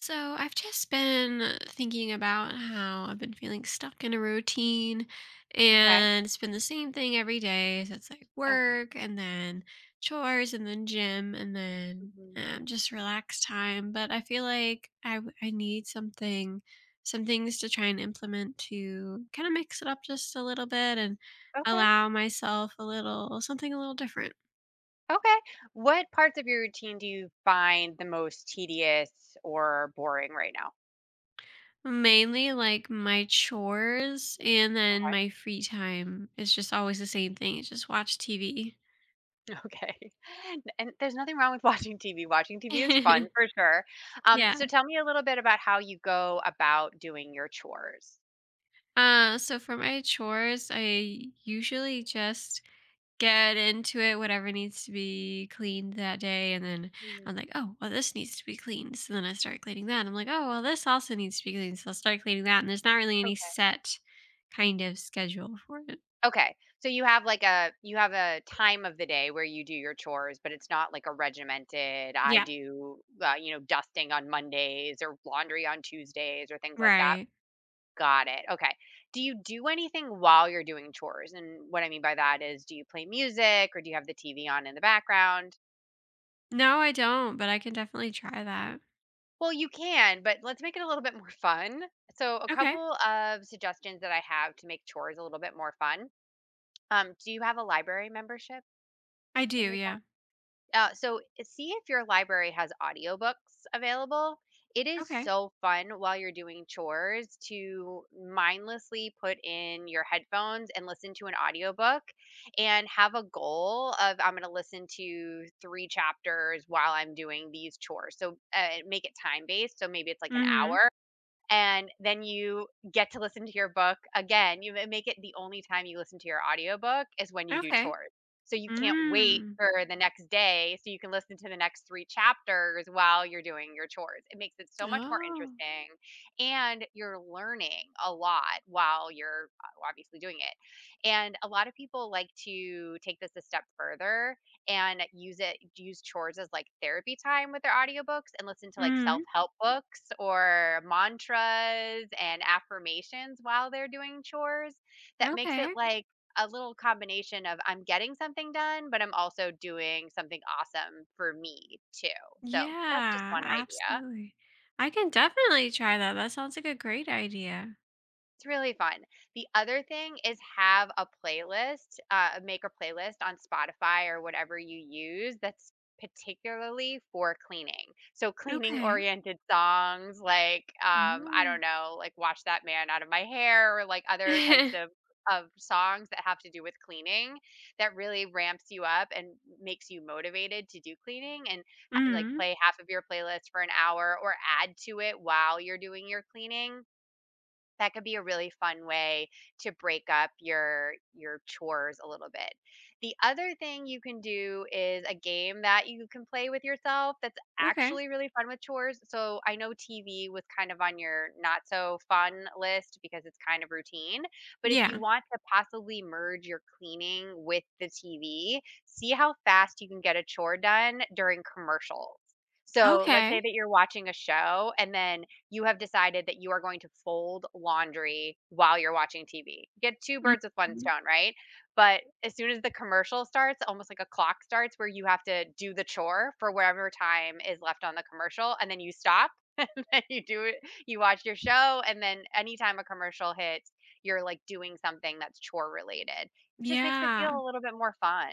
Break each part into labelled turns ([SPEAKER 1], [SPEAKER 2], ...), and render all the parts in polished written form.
[SPEAKER 1] So I've just been thinking about how I've been feeling stuck in a routine,
[SPEAKER 2] Okay.
[SPEAKER 1] and it's been the same thing every day. So it's like
[SPEAKER 2] Okay.
[SPEAKER 1] work and then chores and then gym and then
[SPEAKER 2] hmm
[SPEAKER 1] just relax time. But I feel like I need something, some things to try and implement to kind of mix it up just a little bit and
[SPEAKER 2] Okay.
[SPEAKER 1] allow myself a little, something a little different.
[SPEAKER 2] Okay. What parts of your routine do you find the most tedious or boring right now?
[SPEAKER 1] Mainly, like, my chores, and then
[SPEAKER 2] Okay.
[SPEAKER 1] my free time is just always the same thing, it's just watch TV.
[SPEAKER 2] Okay. And there's nothing wrong with watching TV. Watching TV is fun for sure. Um,
[SPEAKER 1] Yeah.
[SPEAKER 2] so tell me a little bit about how you go about doing your chores.
[SPEAKER 1] So for my chores, I usually just get into it, whatever needs to be cleaned that day, and then I'm
[SPEAKER 2] Mhm.
[SPEAKER 1] like, "Oh, well, this needs to be cleaned," so then I start cleaning that. I'm like, "Oh, well, this also needs to be cleaned," so I'll start cleaning that, and there's not really any
[SPEAKER 2] Okay.
[SPEAKER 1] set kind of schedule for it.
[SPEAKER 2] Okay. So you have like a you have a time of the day where you do your chores, but it's not like a regimented. I
[SPEAKER 1] Yeah,
[SPEAKER 2] do, you know, dusting on Mondays or laundry on Tuesdays or things like that.
[SPEAKER 1] right.
[SPEAKER 2] Got it, okay. Do you do anything while you're doing chores? And what I mean by that is, do you play music or do you have the TV on in the background?
[SPEAKER 1] No, I don't, but I can definitely try that.
[SPEAKER 2] Well, you can, but let's make it a little bit more fun. So, a
[SPEAKER 1] Okay.
[SPEAKER 2] couple of suggestions that I have to make chores a little bit more fun. Do you have a library membership
[SPEAKER 1] I
[SPEAKER 2] in
[SPEAKER 1] do,
[SPEAKER 2] your town?
[SPEAKER 1] yeah.
[SPEAKER 2] See if your library has audiobooks available. It is
[SPEAKER 1] Okay.
[SPEAKER 2] so fun while you're doing chores to mindlessly put in your headphones and listen to an audiobook and have a goal of I'm going to listen to 3 chapters while I'm doing these chores. So make it time based, so maybe it's like an
[SPEAKER 1] Mhm.
[SPEAKER 2] hour and then you get to listen to your book again. You ma make it the only time you listen to your audiobook is when you do
[SPEAKER 1] Okay.
[SPEAKER 2] chores. So you can't wait
[SPEAKER 1] Mm.
[SPEAKER 2] for the next day so you can listen to the next 3 chapters while you're doing your chores. It makes it so much more
[SPEAKER 1] Oh.
[SPEAKER 2] interesting, and you're learning a lot while you're, obviously doing it. And a lot of people like to take this a step further and use chores as like therapy time with their audiobooks and listen to like
[SPEAKER 1] Mhm.
[SPEAKER 2] self-help books or mantras and affirmations while they're doing chores that makes it
[SPEAKER 1] Okay.
[SPEAKER 2] like a little combination of I'm getting something done but I'm also doing something awesome for me too. So, that's just
[SPEAKER 1] Yeah,
[SPEAKER 2] one idea.
[SPEAKER 1] absolutely. I can definitely try that. That sounds like a great idea.
[SPEAKER 2] It's really fun. The other thing is have a playlist, make a playlist on Spotify or whatever you use that's particularly for cleaning. So cleaning
[SPEAKER 1] Okay.
[SPEAKER 2] oriented songs like I don't
[SPEAKER 1] No.
[SPEAKER 2] know, like Wash That Man Out of My Hair or like other types of of songs that have to do with cleaning that really ramps you up and makes you motivated to do cleaning and like
[SPEAKER 1] Mm.
[SPEAKER 2] play half of your playlist for an hour or add to it while you're doing your cleaning that could be a really fun way to break up your chores a little bit. The other thing you can do is a game that you can play with yourself that's
[SPEAKER 1] Mhm. Okay.
[SPEAKER 2] actually really fun with chores. So I know TV was kind of on your not so fun list because it's kind of routine, but if you
[SPEAKER 1] Yeah.
[SPEAKER 2] want to possibly merge your cleaning with the TV, see how fast you can get a chore done during commercials. So let's say
[SPEAKER 1] Okay.
[SPEAKER 2] that you're watching a show and then you have decided that you are going to fold laundry while you're watching TV. Get two birds with one
[SPEAKER 1] Mhm.
[SPEAKER 2] stone, right? But as soon as the commercial starts, almost like a clock starts where you have to do the chore for whatever time is left on the commercial and then you stop and you do it, you watch your show and then anytime a commercial hits, you're like doing something that's chore related, which just makes it feel
[SPEAKER 1] Yeah.
[SPEAKER 2] a little bit more fun.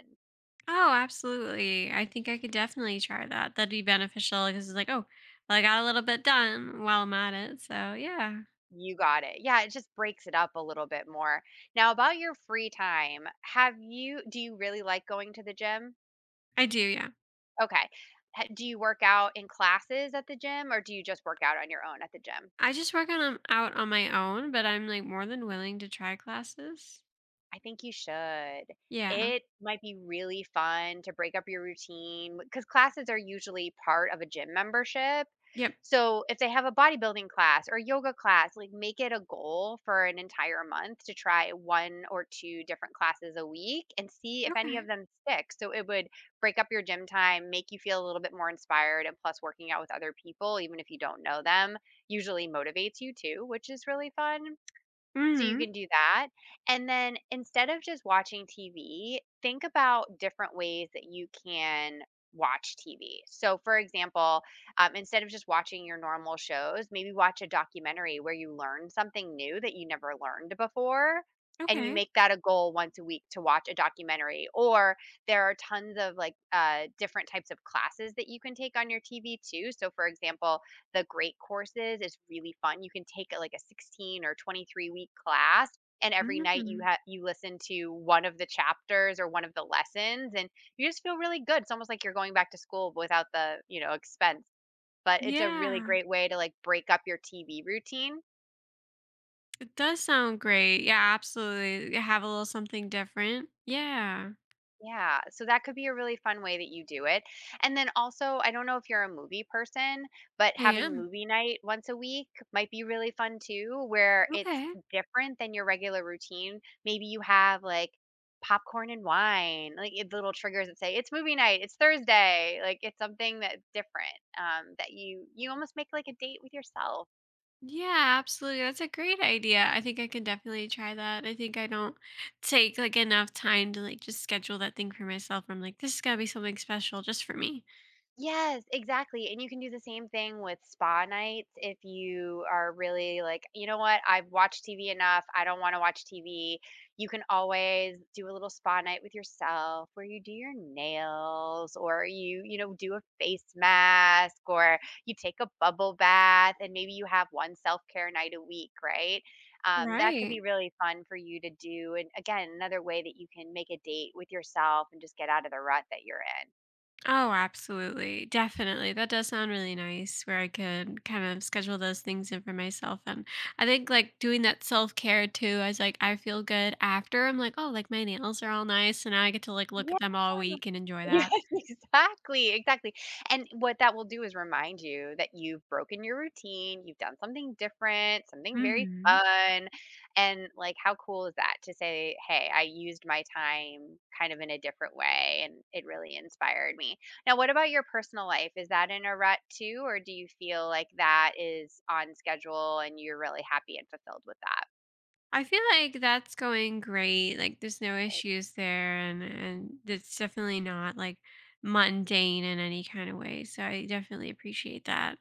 [SPEAKER 1] Oh, absolutely. I think I could definitely try that. That'd be beneficial because it's like, oh, well, I got a little bit done while I'm at it. So yeah,
[SPEAKER 2] You got it. Yeah, it just breaks it up a little bit more. Now, about your free time, have you do you really like going to the gym?
[SPEAKER 1] I do. Yeah.
[SPEAKER 2] Okay. Do you work out in classes at the gym or do you just work out on your own at the gym?
[SPEAKER 1] I just work on 'em out on my own, but I'm, like, more than willing to try classes.
[SPEAKER 2] I think you should.
[SPEAKER 1] Yeah.
[SPEAKER 2] It might be really fun to break up your routine because classes are usually part of a gym membership.
[SPEAKER 1] Yep.
[SPEAKER 2] So if they have a bodybuilding class or yoga class, like make it a goal for an entire month to try one or two different classes a week and see if any
[SPEAKER 1] Okay.
[SPEAKER 2] of them stick. So it would break up your gym time, make you feel a little bit more inspired, and plus working out with other people, even if you don't know them, usually motivates you too, which is really fun. So you
[SPEAKER 1] Mhm.
[SPEAKER 2] can do that, and then instead of just watching TV, think about different ways that you can watch TV. So, for example, instead of just watching your normal shows, maybe watch a documentary where you learn something new that you never learned before, and you
[SPEAKER 1] Okay.
[SPEAKER 2] make that a goal once a week to watch a documentary. Or there are tons of, like, different types of classes that you can take on your TV too. So, for example, the great courses is really fun. You can take a like a 16 or 23-week class and every night
[SPEAKER 1] Mhm.
[SPEAKER 2] you listen to one of the chapters or one of the lessons and you just feel really good. It's almost like you're going back to school without the, you know, expense. But it's a really
[SPEAKER 1] Yeah.
[SPEAKER 2] great way to like break up your TV routine.
[SPEAKER 1] It does sound great. Yeah, absolutely. You have a little something different. Yeah.
[SPEAKER 2] Yeah, so that could be a really fun way that you do it. And then also, I don't know if you're a movie person, but
[SPEAKER 1] I
[SPEAKER 2] having
[SPEAKER 1] am.
[SPEAKER 2] movie night once a week might be really fun too, where it's
[SPEAKER 1] Okay.
[SPEAKER 2] different than your regular routine. Maybe you have like popcorn and wine, like little triggers that say it's movie night, it's Thursday, like it's something that's different that you almost make like a date with yourself.
[SPEAKER 1] Yeah, absolutely. That's a great idea. I think I can definitely try that. I think I don't take like enough time to like just schedule that thing for myself. I'm like, this is gotta be something special just for me.
[SPEAKER 2] Yes, exactly, and you can do the same thing with spa nights if you are really like, "You know what? I've watched TV enough. I don't wanna watch TV." You can always do a little spa night with yourself where you do your nails or you know, do a face mask or you take a bubble bath and maybe you have one self-care night a week, right? That could
[SPEAKER 1] Right.
[SPEAKER 2] be really fun for you to do, and again, another way that you can make a date with yourself and just get out of the rut that you're in.
[SPEAKER 1] Oh, absolutely. Definitely. That does sound really nice where I could kind of schedule those things in for myself. And I think like doing that self care too, I was like, I feel good after. I'm like, oh, like my nails are all nice. And now I get to like look
[SPEAKER 2] Yeah.
[SPEAKER 1] at them all week and enjoy
[SPEAKER 2] Yes,
[SPEAKER 1] that.
[SPEAKER 2] exactly, exactly, and what that will do is remind you that you've broken your routine, you've done something different, something very
[SPEAKER 1] Hmm.
[SPEAKER 2] fun, and, like, how cool is that to say, "Hey, I used my time kind of in a different way, and it really inspired me." Now what about your personal life? Is that in a rut too, or do you feel like that is on schedule and you're really happy and fulfilled with that?
[SPEAKER 1] I feel like that's going great. Like there's no issues there. And it's definitely not like mundane in any kind of way. So I definitely appreciate that.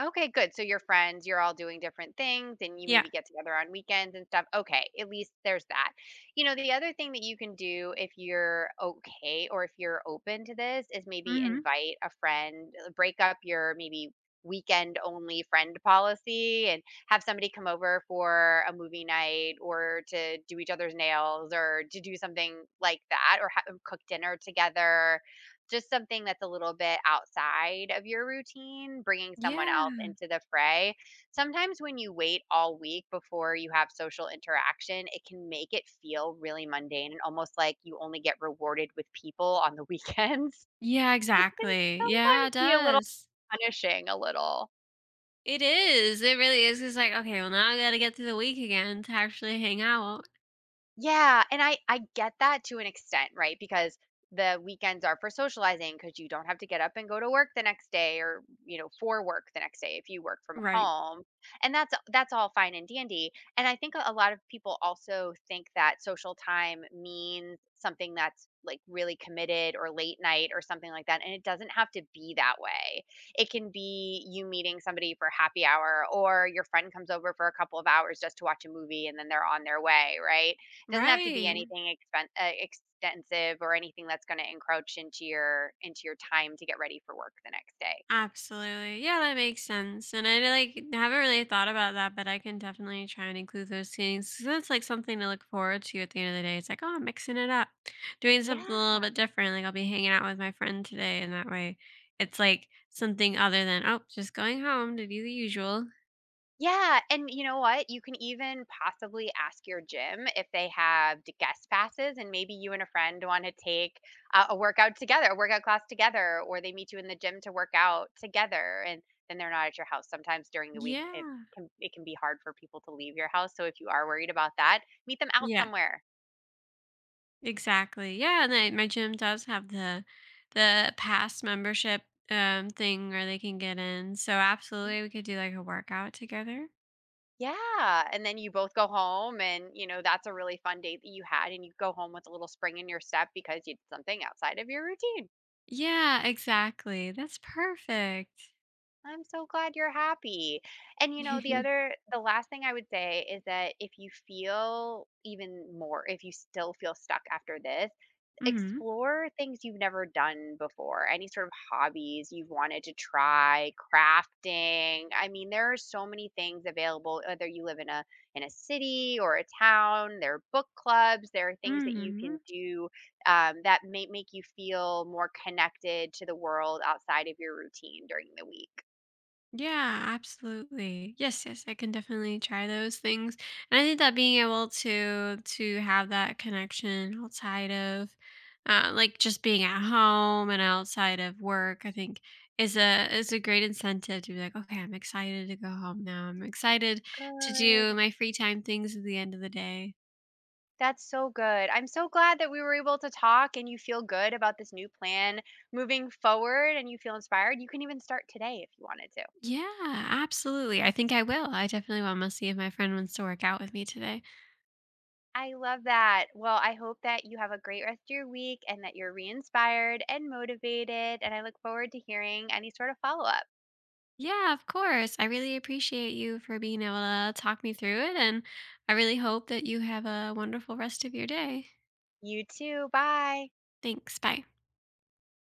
[SPEAKER 2] Okay, good. So your friends, you're all doing different things and you
[SPEAKER 1] Yeah.
[SPEAKER 2] maybe get together on weekends and stuff. Okay, at least there's that. You know, the other thing that you can do if you're okay or if you're open to this is maybe
[SPEAKER 1] Hmm.
[SPEAKER 2] invite a friend, break up your maybe weekend only friend policy and have somebody come over for a movie night or to do each other's nails or to do something like that or cook dinner together, just something that's a little bit outside of your routine, bringing someone else
[SPEAKER 1] Yeah.
[SPEAKER 2] into the fray. Sometimes when you wait all week before you have social interaction, it can make it feel really mundane and almost like you only get rewarded with people on the weekends,
[SPEAKER 1] Yeah,
[SPEAKER 2] which can
[SPEAKER 1] exactly. Yeah,
[SPEAKER 2] sometimes
[SPEAKER 1] it
[SPEAKER 2] be a little
[SPEAKER 1] does.
[SPEAKER 2] punishing, a little.
[SPEAKER 1] It is. It really is. It's like, okay, well, now I gotta get through the week again to actually hang out.
[SPEAKER 2] Yeah, and I get that to an extent, right? Because the weekends are for socializing because you don't have to get up and go to work the next day or, you know, for work the next day if you work from
[SPEAKER 1] Right.
[SPEAKER 2] home. And that's all fine and dandy. And I think a lot of people also think that social time means something that's like really committed or late night or something like that. And it doesn't have to be that way. It can be you meeting somebody for happy hour or your friend comes over for a couple of hours just to watch a movie and then they're on their way, right? Doesn't have to be
[SPEAKER 1] Right.
[SPEAKER 2] anything expen extensive or anything that's gonna encroach into your time to get ready for work the next day.
[SPEAKER 1] Absolutely. Yeah, that makes sense. And I like haven't really thought about that, but I can definitely try and include those things. 'Cause that's like something to look forward to at the end of the day. It's like, oh, I'm mixing it up, doing
[SPEAKER 2] Yeah.
[SPEAKER 1] something a little bit different. Like I'll be hanging out with my friend today, and that way it's like something other than, oh, just going home to do the usual.
[SPEAKER 2] Yeah, and you know what? You can even possibly ask your gym if they have d guest passes, and maybe you and a friend wanna take a workout together, a workout class together, or they meet you in the gym to work out together, and then they're not at your house. Sometimes during the week,
[SPEAKER 1] Yeah.
[SPEAKER 2] it can be hard for people to leave your house, so if you are worried about that, meet them out
[SPEAKER 1] Yeah.
[SPEAKER 2] somewhere.
[SPEAKER 1] Exactly. Yeah, and I, my gym does have the past membership thing where they can get in. So absolutely we could do like a workout together.
[SPEAKER 2] Yeah, and then you both go home and, you know, that's a really fun date that you had, and you go home with a little spring in your step because you did something outside of your routine.
[SPEAKER 1] Yeah, exactly. That's perfect.
[SPEAKER 2] I'm so glad you're happy. And you know, the last thing I would say is that if you feel even more, if you still feel stuck after this,
[SPEAKER 1] Mhm.
[SPEAKER 2] explore things you've never done before, any sort of hobbies you've wanted to try, crafting. I mean, there are so many things available whether you live in a city or a town, there are book clubs, there are things that you can
[SPEAKER 1] Mhm.
[SPEAKER 2] do that may make you feel more connected to the world outside of your routine during the week.
[SPEAKER 1] Yeah, absolutely. Yes, yes, I can definitely try those things. And I think that being able to have that connection outside of like just being at home and outside of work, I think is a great incentive to be like, okay, I'm excited to go home now. I'm excited to do
[SPEAKER 2] Good.
[SPEAKER 1] my free time things at the end of the day.
[SPEAKER 2] That's so good. I'm so glad that we were able to talk and you feel good about this new plan moving forward and you feel inspired. You can even start today if you wanted to.
[SPEAKER 1] Yeah, absolutely. I think I will. I definitely will. I'm gonna see if my friend wants to work out with me today.
[SPEAKER 2] I love that. Well, I hope that you have a great rest of your week and that you're re inspired and motivated. And I look forward to hearing any sort of follow up.
[SPEAKER 1] Yeah, of course. I really appreciate you for being able to talk me through it. And I really hope that you have a wonderful rest of your day.
[SPEAKER 2] You too. Bye.
[SPEAKER 1] Thanks. Bye.